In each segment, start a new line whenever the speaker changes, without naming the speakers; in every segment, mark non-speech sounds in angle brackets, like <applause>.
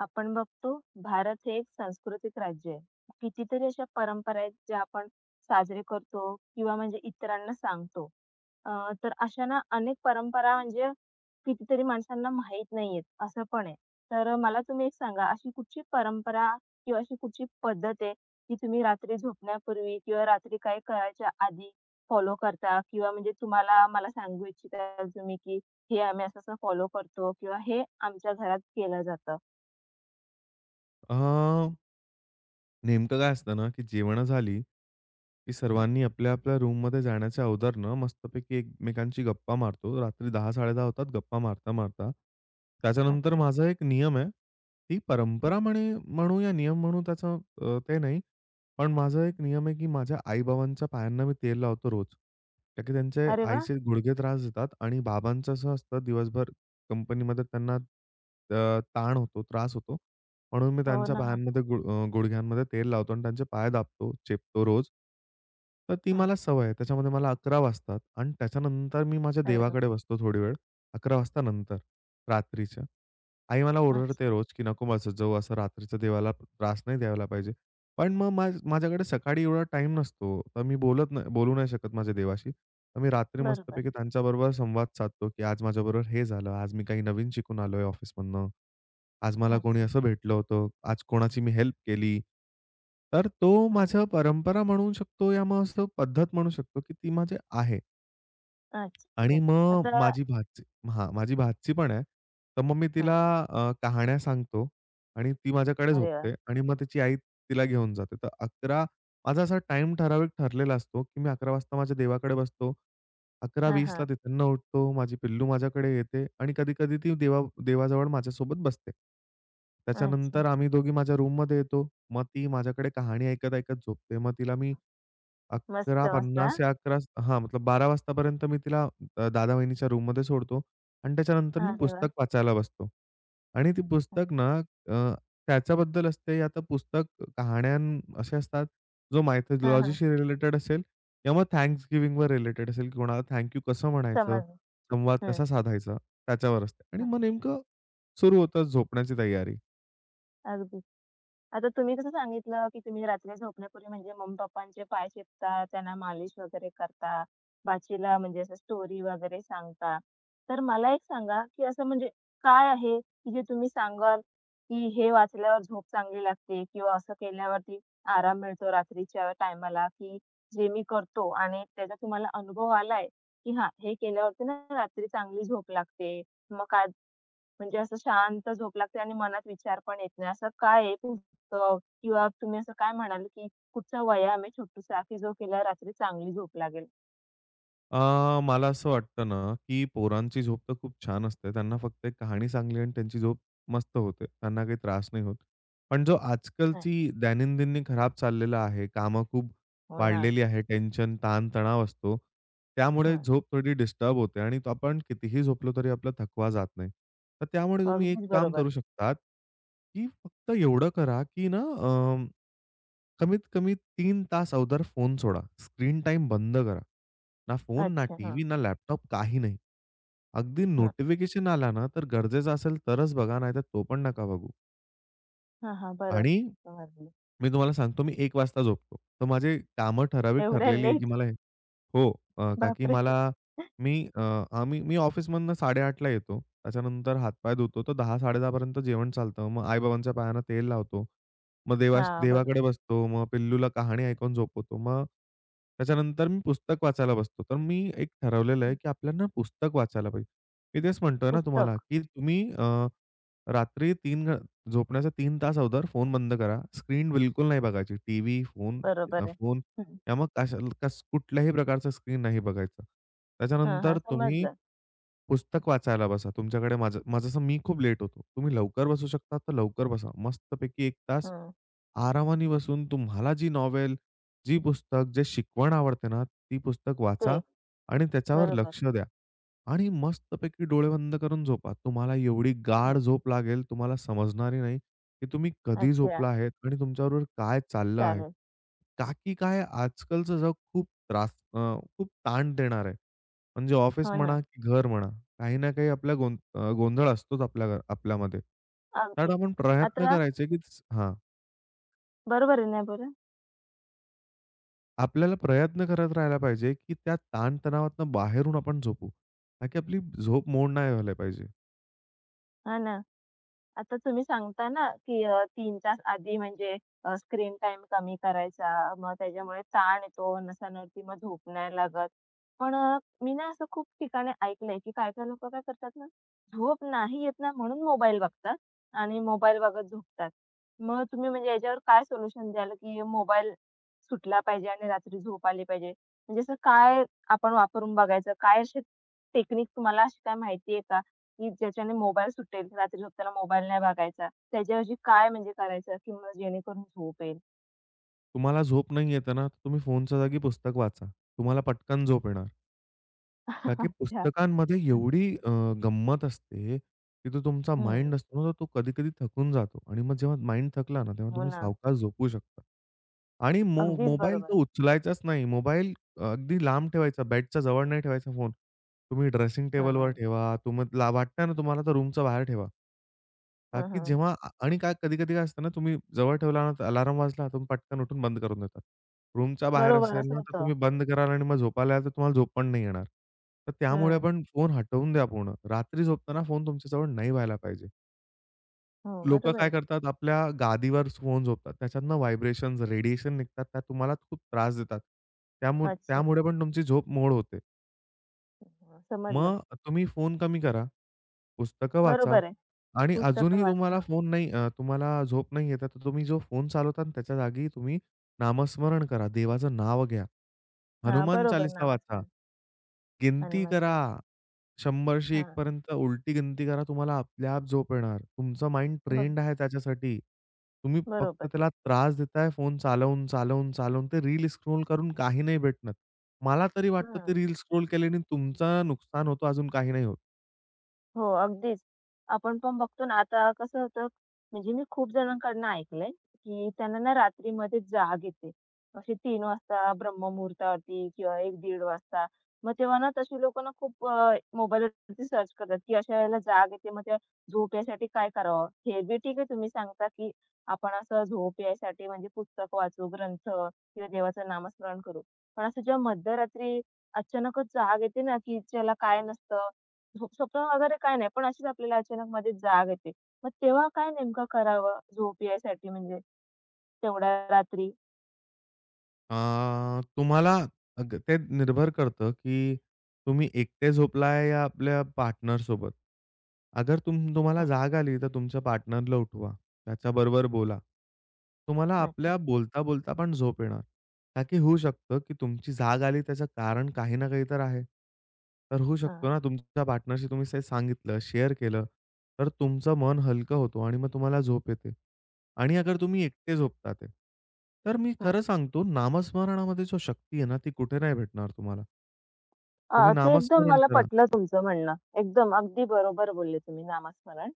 आपण बघतो भारत हे एक सांस्कृतिक राज्य आहे. कितीतरी अशा परंपरा आहेत ज्या आपण साजरे करतो किंवा म्हणजे इतरांना सांगतो. अ, तर अशा ना अनेक परंपरा म्हणजे कितीतरी माणसांना माहीत नाहीयेत, असं पण आहे. तर मला तुम्ही एक सांगा अशी कुठची परंपरा किंवा अशी कुठची पद्धत आहे, जी तुम्ही रात्री झोपण्यापूर्वी किंवा रात्री काही करायच्या आधी फॉलो करता किंवा म्हणजे तुम्हाला मला सांगू इच्छिता तुम्ही, की हे आम्ही असं-असं फॉलो करतो किंवा हे आमच्या घरात केलं जातं?
अ, नेमकं काय असतं ना, की जेवणं झाली, की सर्वांनी आपल्या-आपल्या रूममध्ये जाण्याच्या अगोदर मस्तपैकी एकमेकांशी गप्पा मारतो. रात्री 10-10:30 होतात गप्पा मारता-मारता. त्याच्यानंतर
अच्छा.
माझा एक नियम आहे. ती
हं.
परंपरा म्हणे म्हणू या नियम म्हणू त्याचा ते नाही. पण माझा एक नियम आहे, की माझ्या आई पायांना मी तेल लावतो रोज. का की त्यांचे
अरे वाह!
आईचे गुडघे त्रास देतात आणि बाबांचं असं असतं दिवसभर कंपनीमध्ये त्यांना अ, ताण होतो, त्रास होतो. म्हणून मी
हो
त्यांच्या
ना.
पायांमध्ये गुडघ्यांमध्ये तेल लावतो आणि त्यांचे पाय दाबतो, चेपतो रोज. तर ती
हां.
मला सवय आहे. त्याच्यामध्ये मला 11 वाजतात आणि त्याच्यानंतर मी माझ्या
अरे
देवाकडे
बापरे!
बसतो थोडी वेळ. 11 वाजता नंतर, रात्रीच्या. आई मला ओरडते
अच्छा.
रोज, की "नको मग असं जाऊ, असं रात्रीचं देवाला त्रास नाही द्यायला पाहिजे." पण मग माझ्याकडे सकाळी एवढा टाईम नसतो. तर मी बोलत नाही बोलू नाही शकत माझ्या देवाशी. तर मी रात्री
बरोबर.
मस्तपैकी त्यांच्याबरोबर संवाद साधतो, की "आज माझ्याबरोबर हे झालं. आज मी काही नवीन शिकून आलोय ऑफिसमधनं. आज मला कोणी
अच्छा.
असं भेटलं होतं. आज कोणाची मी हेल्प केली." तर तो
हां.
माझं परंपरा म्हणू शकतो या मग असं पद्धत म्हणू शकतो, की ती माझी आहे. आणि
अच्छा.
मग
आता
माझी भाची हां, माझी भाची पण आहे. तर मग मी तिला
हां.
कहाण्या सांगतो आणि ती माझ्याकडे
अरे वाह!
झोपते आणि मग तिची आई तिला घेऊन जाते. तर 11 माझा असा टाईम ठराविक ठरलेला असतो, की मी 11 वाजता माझ्या देवाकडे बसतो.
हां,
11:20ला
हां.
तिथून उठतो. माझी पिल्लू माझ्याकडे येते आणि कधी-कधी ती देवाजवळ माझ्यासोबत बसते. त्याच्यानंतर
अच्छा.
आम्ही दोघी माझ्या रूममध्ये येतो. मग ती माझ्याकडे कहाणी ऐकत-ऐकत झोपते. मग तिला मी
मस्त, मस्त. हां.
11:50 या 11 हां, मतलब 12 वाजतापर्यंत मी तिला दादा वहिनीच्या रूममध्ये सोडतो आणि त्याच्यानंतर मी
अरे वाह!
पुस्तक वाचायला बसतो. आणि ती पुस्तक ना अ, त्याच्याबद्दल असते या तर पुस्तक कहाण्या असे असतात, जो
हां, हां.
मायथॉलॉजीशी रिलेटेड असेल किंवा मग थँक्स गिव्हिंगवर रिलेटेड असेल, की कोणाला थँक यू कसं म्हणायचं,
समजलं.
संवाद
हं,
कसा साधायचा त्याच्यावर असते. आणि
हं.
मग नेमकं सुरू होतं झोपण्याची तयारी.
अगदी. आता तुम्ही कसं सांगितलं, की तुम्ही रात्री झोपण्यापूर्वी म्हणजे मम्मी-पप्पांचे पाय चेपता, त्यांना मालिश वगैरे करता, बाचीला म्हणजे असं स्टोरी वगैरे सांगता. तर मला एक सांगा, की असं म्हणजे काय आहे, की जे तुम्ही सांगाल, की हे वाचल्यावर झोप चांगली लागते किंवा असं केल्यावरती आराम मिळतो रात्रीच्या टायमाला, की जे मी करतो आणि त्याचा तुम्हाला अनुभव आलाय, की हां, हे केल्यावरती ना रात्री चांगली झोप लागते. मग काय म्हणजे असं शांत झोप लागते आणि मनात विचार पण येत नाही. असं काय आहे पुस्तक किंवा तुम्ही असं काय म्हणाले, की कुठचा व्यायाम आहे छोटूसा, की जो केल्यावर रात्री चांगली झोप लागेल?
मला असं वाटतं ना, की पोरांची झोप तर खूप छान असते. त्यांना फक्त एक कहाणी सांगली आणि त्यांची झोप मस्त होते. त्यांना काही त्रास नाही होत. पण जो आजकालची
अच्छा.
दैनंदिनी खराब चाललेला आहे. कामं खूप
हो ना.
वाढलेली आहे. टेन्शन, ताण-तणाव असतो. त्यामुळे
हं.
झोप थोडी डिस्टर्ब होते आणि तो आपण कितीही झोपलो तरी आपला थकवा जात नाही. तर त्यामुळे तुम्ही एक
अगदीच
काम
बरोबर.
करू शकतात, की फक्त एवढं करा, की कमीत कमी 3 तास अगोदर फोन सोडा. स्क्रीन टाईम बंद करा. ना फोन, ना
अच्छा.
टीव्ही,
हां,
ना लॅपटॉप, काही नाही. अगदी
हां.
नोटिफिकेशन आला ना, तर गरजेचं असेल तरच बघा, नाहीतर तो पण नका बघू.
हां, हां. बरं
आणि
समजलं.
मी तुम्हाला सांगतो मी एक वाजता झोपतो. तर माझे कामं ठराविक
एवढ्या
ठरलेली आहे, की
लेट?
मला हे हो. का की
बापरे!
मला मी अ, आम्ही मी ऑफिसमधनं 8:30 ला येतो. त्याच्यानंतर हातपाय धुतो. तर 10:00-10:30 पर्यंत जेवण चालतं. मग आई-बाबांच्या पायांना तेल लावतो. मग
हां,
देवाकडे
बरोबर.
बसतो. मग पिल्लूला कहाणी ऐकून झोपवतो. मग त्याच्यानंतर मी पुस्तक वाचायला बसतो. तर मी एक ठरवलेलं आहे,
हं.
की आपल्याला पुस्तक वाचायला पाहिजे. मी तेच म्हणतोय ना तुम्हाला,
पुस्तक.
की रात्री 3 झोपण्याच्या तीन तास अगोदर फोन बंद करा. स्क्रीन बिलकुल नाही बघायची.
बरोबर आहे.
फोन
हं.
किंवा मग कशा कस कुठल्याही प्रकारचा स्क्रीन नाही बघायचा.
हां, हां.
त्याच्यानंतर तुम्ही
समजलं.
पुस्तक वाचायला बसा. तुमच्याकडे माझं माझं असं मी खूप लेट होतो. तुम्ही लवकर बसू शकता तर लवकर बसा. मस्तपैकी 1 तास
हं.
आरामाने बसून तुम्हाला जी नॉव्हेल, जी पुस्तक, जे शिकवण आवडते ना, ती पुस्तक
ते.
वाचा आणि त्याच्यावर
बरोबर.
लक्ष द्या. आणि मस्तपैकी डोळे बंद करून झोपा. तुम्हाला एवढी गाढ
हं.
झोप लागेल, तुम्हाला समजणारही नाही, की तुम्ही कधी
अच्छा.
झोपला आहेत आणि तुमच्याबरोबर काय चाललं आहे.
चालेल.
का की
हं.
काय आजकालचं जग खूप ताण देणार आहे. म्हणजे ऑफिस
हो
म्हणा,
ना.
की घर म्हणा, काही ना काही आपला गोंधळ असतोच आपल्या आपल्यामध्ये. कारण
अगदी.
आपण प्रयत्न
आता
करायचे, की हां,
बरोबर आहे ना बरं?
आपल्याला प्रयत्न करत राहायला पाहिजे, की त्या ताणतणावातून बाहेरून आपण झोपू. ताकी आपली झोप मोड नाही व्हायला पाहिजे.
हां ना. आता तुम्ही सांगता ना, की 3 तास आधी म्हणजे स्क्रीन टाईम कमी करायचा. मग त्याच्यामुळे ताण येतो, नसांवरती मग झोप नाही लागत. पण मी ना असं खूप ठिकाणी ऐकलंय, की काही-काही लोकं काय करतात ना, झोप नाही येत ना म्हणून मोबाईल बघतात आणि मोबाईल बघत झोपतात. मग तुम्ही म्हणजे याच्यावर काय सोल्युशन द्याल, की मोबाईल सुटला पाहिजे आणि रात्री झोप आली पाहिजे? म्हणजे असं काय आपण वापरून बघायचं? काय अशी टेक्निक तुम्हाला अशी काय माहिती आहे की ज्याच्याने मोबाईल सुटेल, रात्री झोपताना मोबाईल नाही बघायचा. त्याच्याऐवजी काय म्हणजे करायचं की मग जेणेकरून झोप येईल.
तुम्हाला झोप नाही येत आहे ना, तर तुम्ही फोनच्या जागी पुस्तक वाचा. तुम्हाला पटकन झोप येणार. का
<laughs>
की
अच्छा.
पुस्तकांमध्ये
असं.
गंमत असते, की तो तुमचा माइंड
हं.
असतो ना, तर तो कधी-कधी थकून जातो आणि मग जेव्हा माइंड थकला ना, तेव्हा
हो
तुम्ही
ना.
सावकाश झोपू शकता. आणि
अगदीच
मोबाईल
बरोबर.
तर उचलायचाच नाही. मोबाईल अगदी लांब ठेवायचा. बेडच्या जवळ नाही ठेवायचा फोन. तुम्ही ड्रेसिंग टेबलवर
हां.
ठेवा. तुम्हाला वाटतं ना तुम्हाला तर रूमच्या बाहेर ठेवा. का
हं,
की
हं.
जेव्हा आ आणि काय कधी-कधी काय असतं ना, तुम्ही जवळ ठेवला ना, अलार्म वाजला तुम्ही पटकन उठून बंद करून देतात. रूमच्या बाहेर
बरोबर
असेल
असं
ना, तर
होतं.
तुम्ही बंद कराल आणि मग झोपायला याल, तर तुम्हाला झोप पण नाही येणार. तर त्यामुळे
हं.
आपण फोन हटवून द्या पूर्ण. रात्री झोपताना फोन तुमच्याजवळ नाही व्हायला पाहिजे.
हो,
लोकं काय
बरोबर.
करतात, आपल्या गादीवर स्पोन्ज होतात. त्याच्यातनं व्हायब्रेशन्स, रेडिएशन निघतात. त्या तुम्हाला खूप त्रास देतात.
अच्छा.
त्यामुळे पण तुमची झोप मोड होते.
हां, समजलं.
मग तुम्ही फोन कमी करा, पुस्तकं वाचा
बरोबर आहे.
आणि
पुस्तकं
अजूनही
वाचा. हां.
तुम्हाला झोप नाही येत आहे, तर तुम्ही जो फोन चालवता ना, त्याच्या जागी तुम्ही नामस्मरण करा. देवाचं नाव घ्या.
हां,
हनुमान
बरोबर
चालीसा वाचा.
नामस्मरण
गिनती
हनुमान
करा.
चालीसा.
100शी एक
हां,
पर्यंत उलटी गिनती करा. तुम्हाला झोप येणार. तुमचं माइंड
ब
ट्रेंड आहे त्याच्यासाठी. तुम्ही फक्त
बरोबर.
त्याला त्रास देताय फोन चालवून. ते रील स्क्रोल करून काही नाही भेटणार. मला तरी वाटतं ते
हां.
रील स्क्रोल केल्याने तुमचं नुकसान होतं, अजून काही नाही होत.
हो, अगदीच. आपण पण बघतो ना, आता कसं होतं, म्हणजे मी खूप जणांकडून ऐकलंय, की त्यांना ना रात्रीमध्ये जाग येते. अशी 3:00 वाजता ब्रह्ममुहूर्तावरती किंवा एक दीड वाजता. मग तेव्हा ना तशी लोकं ना खूप मोबाईलवरती सर्च करतात, की अशा वेळेला जाग येते, मग त्या झोप यासाठी काय करावं? हे बी ठीक आहे तुम्ही सांगता, की आपण असं झोप यासाठी म्हणजे पुस्तक वाचू, ग्रंथ किंवा देवाचं नामस्मरण करू. पण असं जेव्हा मध्यरात्री अचानकच जाग येते ना, की ज्याला काय नसतं झोप स्वप्न वगैरे काही नाही, पण अशीच आपल्याला अचानक मध्येच जाग येते. मग तेव्हा काय नेमकं करावं झोप यायसाठी म्हणजे तेवढ्या रात्री?
अ, तुम्हाला अग ते निर्भर करतं, की तुम्ही एकटे झोपलाय या आपल्या पार्टनरसोबत. अगर तुम्हाला
हं,
जाग आली, तर तुमच्या पार्टनरला उठवा. त्याच्याबरोबर बोला. तुम्हाला
अच्छा.
आपल्या बोलता-बोलता पण झोप येणार. का की होऊ शकतं, की तुमची जाग आली त्याचं कारण काही ना काही तर आहे. तर होऊ शकतो
हां,
ना, तुमच्या पार्टनरशी तुम्ही ते सांगितलं, शेअर केलं, तर तुमचं मन हलकं होतो आणि मग तुम्हाला झोप येते. आणि अगर तुम्ही एकटे झोपतात आहे. तर मी
हं.
खरं सांगतो नामस्मरणामध्ये जो शक्ती आहे ना, ती कुठे नाही भेटणार तुम्हाला. तुम्ही
ते एकदम
नामस्मरण
मला
करा.
पटलं तुमचं म्हणणं. एकदम अगदी बरोबर बोलले तुम्ही नामस्मरण.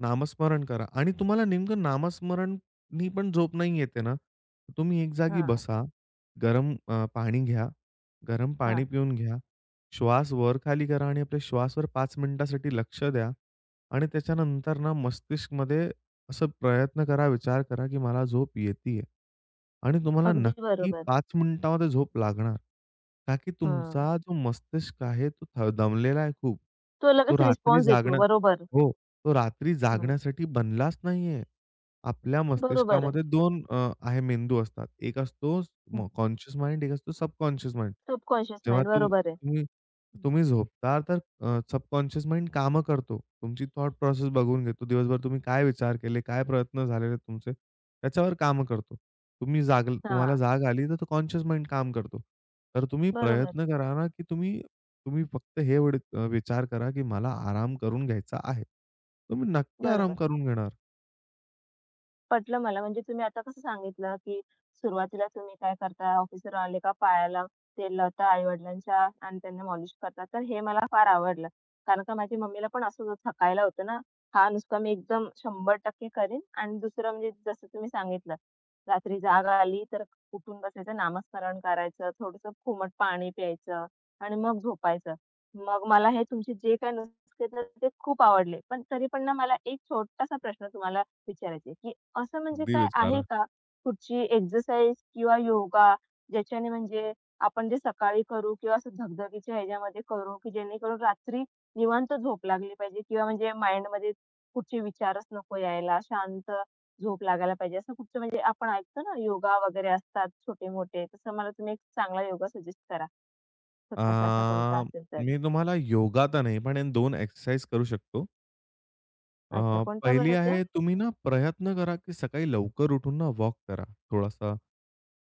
नामस्मरण करा आणि तुम्हाला नेमकं नामस्मरणनी पण झोप नाही येते ना, तर तुम्ही एक जागी
हां,
बसा. पाणी घ्या. गरम पाणी
हां.
पिऊन घ्या. श्वास वर-खाली करा आणि आपल्या श्वासवर 5 मिनिटासाठी लक्ष द्या आणि त्याच्यानंतर ना मस्तिष्कमध्ये असं प्रयत्न करा, विचार करा, की मला झोप येतीये आणि तुम्हाला
अगदी
नक्की
बरोबर.
5 मिनिटामध्ये झोप लागणार. का की तुमचा
हं.
जो मस्तिष्क आहे तो दमलेला आहे खूप.
तो
तो
लगेच
रात्री
रिस्पॉन्स देतो.
जागणं
बरोबर.
हो. तो रात्री
हं.
जागण्यासाठी बनलाच नाहीये. आपल्या
बरोबर आहे.
मस्तिष्कामध्ये 2 अ, आहे मेंदू असतात. एक असतो
हं.
कॉन्शियस माइंड, एक असतो सबकॉन्शियस माइंड.
सबकॉन्शियस
जेव्हा
माइंड
तू
बरोबर आहे.
तुम्ही
हं.
तुम्ही झोपता, तर सबकॉन्शियस माइंड कामं करतो. तुमची थॉट प्रोसेस बघून घेतो. दिवसभर तुम्ही काय विचार केले, काय प्रयत्न झालेले तुमचे, त्याच्यावर कामं करतो. तुम्ही जागल तुम्हाला
हां.
जाग आली, तर तो कॉन्शियस माइंड काम करतो. तर तुम्ही
बरोबर,
प्रयत्न करा ना, की तुम्ही तुम्ही फक्त हे एवढे विचार करा, की मला आराम करून घ्यायचा आहे. तुम्ही नक्की आराम
बरोबर.
करून घेणार.
पटलं मला. म्हणजे तुम्ही आता कसं सांगितलं, की सुरुवातीला तुम्ही काय करता, ऑफिसवर आले का पायाला तेल लावता आई-वडिलांच्या आणि त्यांना मॉलिश करता. तर हे मला फार आवडलं. कारण का माझ्या मम्मीला पण असंच थकायला होतं ना. हा नुसता मी एकदम 100% करीन आणि दुसरं म्हणजे जसं तुम्ही सांगितलं, रात्री जाग आली तर उठून बसायचं, नामस्मरण करायचं, थोडंसं कोमट पाणी प्यायचं आणि मग झोपायचं. मग मला हे तुमचे जे काही नुस्खे ते खूप आवडले. पण तरी पण ना मला एक छोटासा प्रश्न तुम्हाला विचारायचा की असं म्हणजे
अगदी
काय आहे
विचारा.
का? कुठची एक्सरसाइज किंवा योगा ज्याच्याने म्हणजे आपण जे सकाळी करू किंवा असं धगधगीच्या ह्याच्यामध्ये करू, की जेणेकरून रात्री निवांत झोप लागली पाहिजे किंवा म्हणजे माइंडमध्ये कुठचे विचारच नको यायला, शांत झोप लागायला पाहिजे. असं कुठचं म्हणजे आपण ऐकतो ना योगा वगैरे असतात छोटे-मोठे, तसं मला तुम्ही एक चांगला योगा सजेस्ट करा
अ,
छोटासा असा कोणता असेल तर.
मी तुम्हाला योगा तर नाही, पण 2 एक्सरसाइज करू शकतो. अ,
अच्छा, कोणत्या
पहिली
बरं त्या?
आहे तुम्ही ना प्रयत्न करा, की सकाळी लवकर उठून ना वॉक करा थोडासा.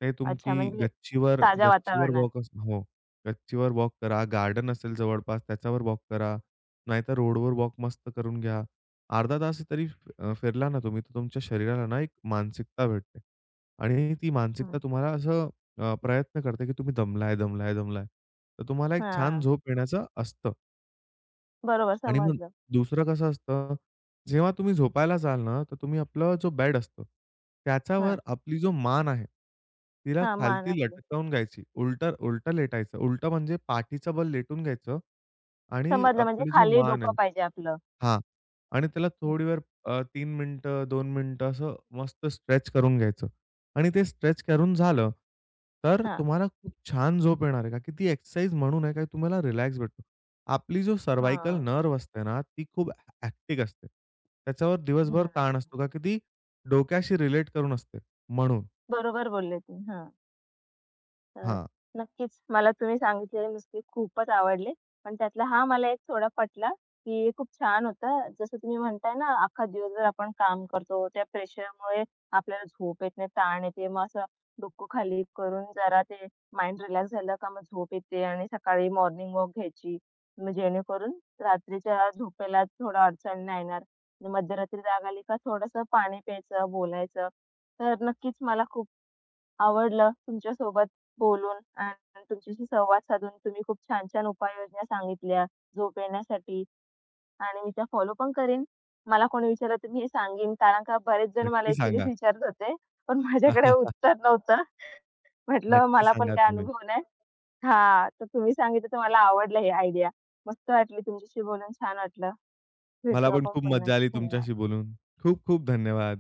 ते
अच्छा,
तुमची
म्हणजे
गच्चीवर
ताज्या
गच्चीवर
वातावरणात.
वॉक असं हो. गच्चीवर वॉक करा. गार्डन असेल जवळपास त्याच्यावर वॉक करा. नाहीतर रोडवर वॉक मस्त करून घ्या. अर्धा तास तरी फिरला ना तुम्ही, तर तुमच्या शरीराला ना एक मानसिकता भेटते. आणि ती
हं.
मानसिकता तुम्हाला प्रयत्न करते, की तुम्ही दमलाय, दमलाय, दमलाय. तर तुम्हाला एक छान
हां.
झोप येण्याचं असतं.
बरोबर
आणि मग
समजलं.
दुसरं कसं असतं, जेव्हा तुम्ही झोपायला जाल ना, तर तुम्ही आपलं जो बेड असतो,
हां.
त्याच्यावर आपली जो मान आहे, तिला
हां, मान
खालती
आपली.
लटकवून घ्यायची. उलटं उलटं लेटायचं. उलटं म्हणजे पाठीचं बल लेटून घ्यायचं आणि
समजलं म्हणजे
आपली जो
खाली
मान
डोकं
आहे
पाहिजे आपलं.
हां. आणि त्याला
हं.
थोडी वेळ 3 मिनिटं, 2 मिनिटं असं मस्त स्ट्रेच करून घ्यायचं. आणि ते स्ट्रेच करून झालं, तर
हां,
तुम्हाला खूप छान झोप येणार आहे. का की ती एक्सरसाइज म्हणून आहे, का तुम्हाला रिलॅक्स भेटतो. आपली जो सर्व्हायकल
हां.
नर्व्ह असते ना, ती खूप ॲक्टिव्ह असते. त्याच्यावर दिवसभर
हं.
ताण असतो, का की ती डोक्याशी रिलेट करून असते म्हणून.
बरोबर बोलले तुम्ही. हां. तर
हां.
नक्कीच मला तुम्ही सांगितलेले नुसते खूपच आवडले. पण त्यातला हा मला एक थोडा पटला, की खूप छान होतं. जसं तुम्ही म्हणताय ना, अख्खा दिवसभर आपण काम करतो. त्या प्रेशरमुळे आपल्याला झोप येत नाही, ताण येते. मग असं डोकं खाली करून जरा ते माइंड रिलॅक्स झालं का मग झोप येते आणि सकाळी मॉर्निंग वॉक घ्यायची. मग जेणेकरून रात्रीच्या झोपेला थोडा अडचण नाही येणार. मध्यरात्री जाग आली का थोडंसं पाणी प्यायचं, बोलायचं. तर नक्कीच मला खूप आवडलं तुमच्यासोबत बोलून आणि तुमच्याशी संवाद साधून. तुम्ही खूप छान छान उपाययोजना सांगितल्या झोप येण्यासाठी आणि मी त्या फॉलो पण करीन. मला कोणी विचारलं तर मी हे सांगेन कारण का बरेच जण मला
नक्की
इतकेच
सांगा.
विचारत होते, पण माझ्याकडे
<laughs>
उत्तर नव्हतं. म्हटलं
नक्की
मला पण
सांगा
काय
तुम्ही.
अनुभव नाही. हां, तर तुम्ही सांगितलं तर मला आवडलं ही आयडिया. मस्त वाटली तुमच्याशी बोलून छान वाटलं.
मला
भेटू
पण
आपण
खूप
पुन्हा.
मज्जा आली
धन्यवाद.
तुमच्याशी बोलून. खूप खूप धन्यवाद.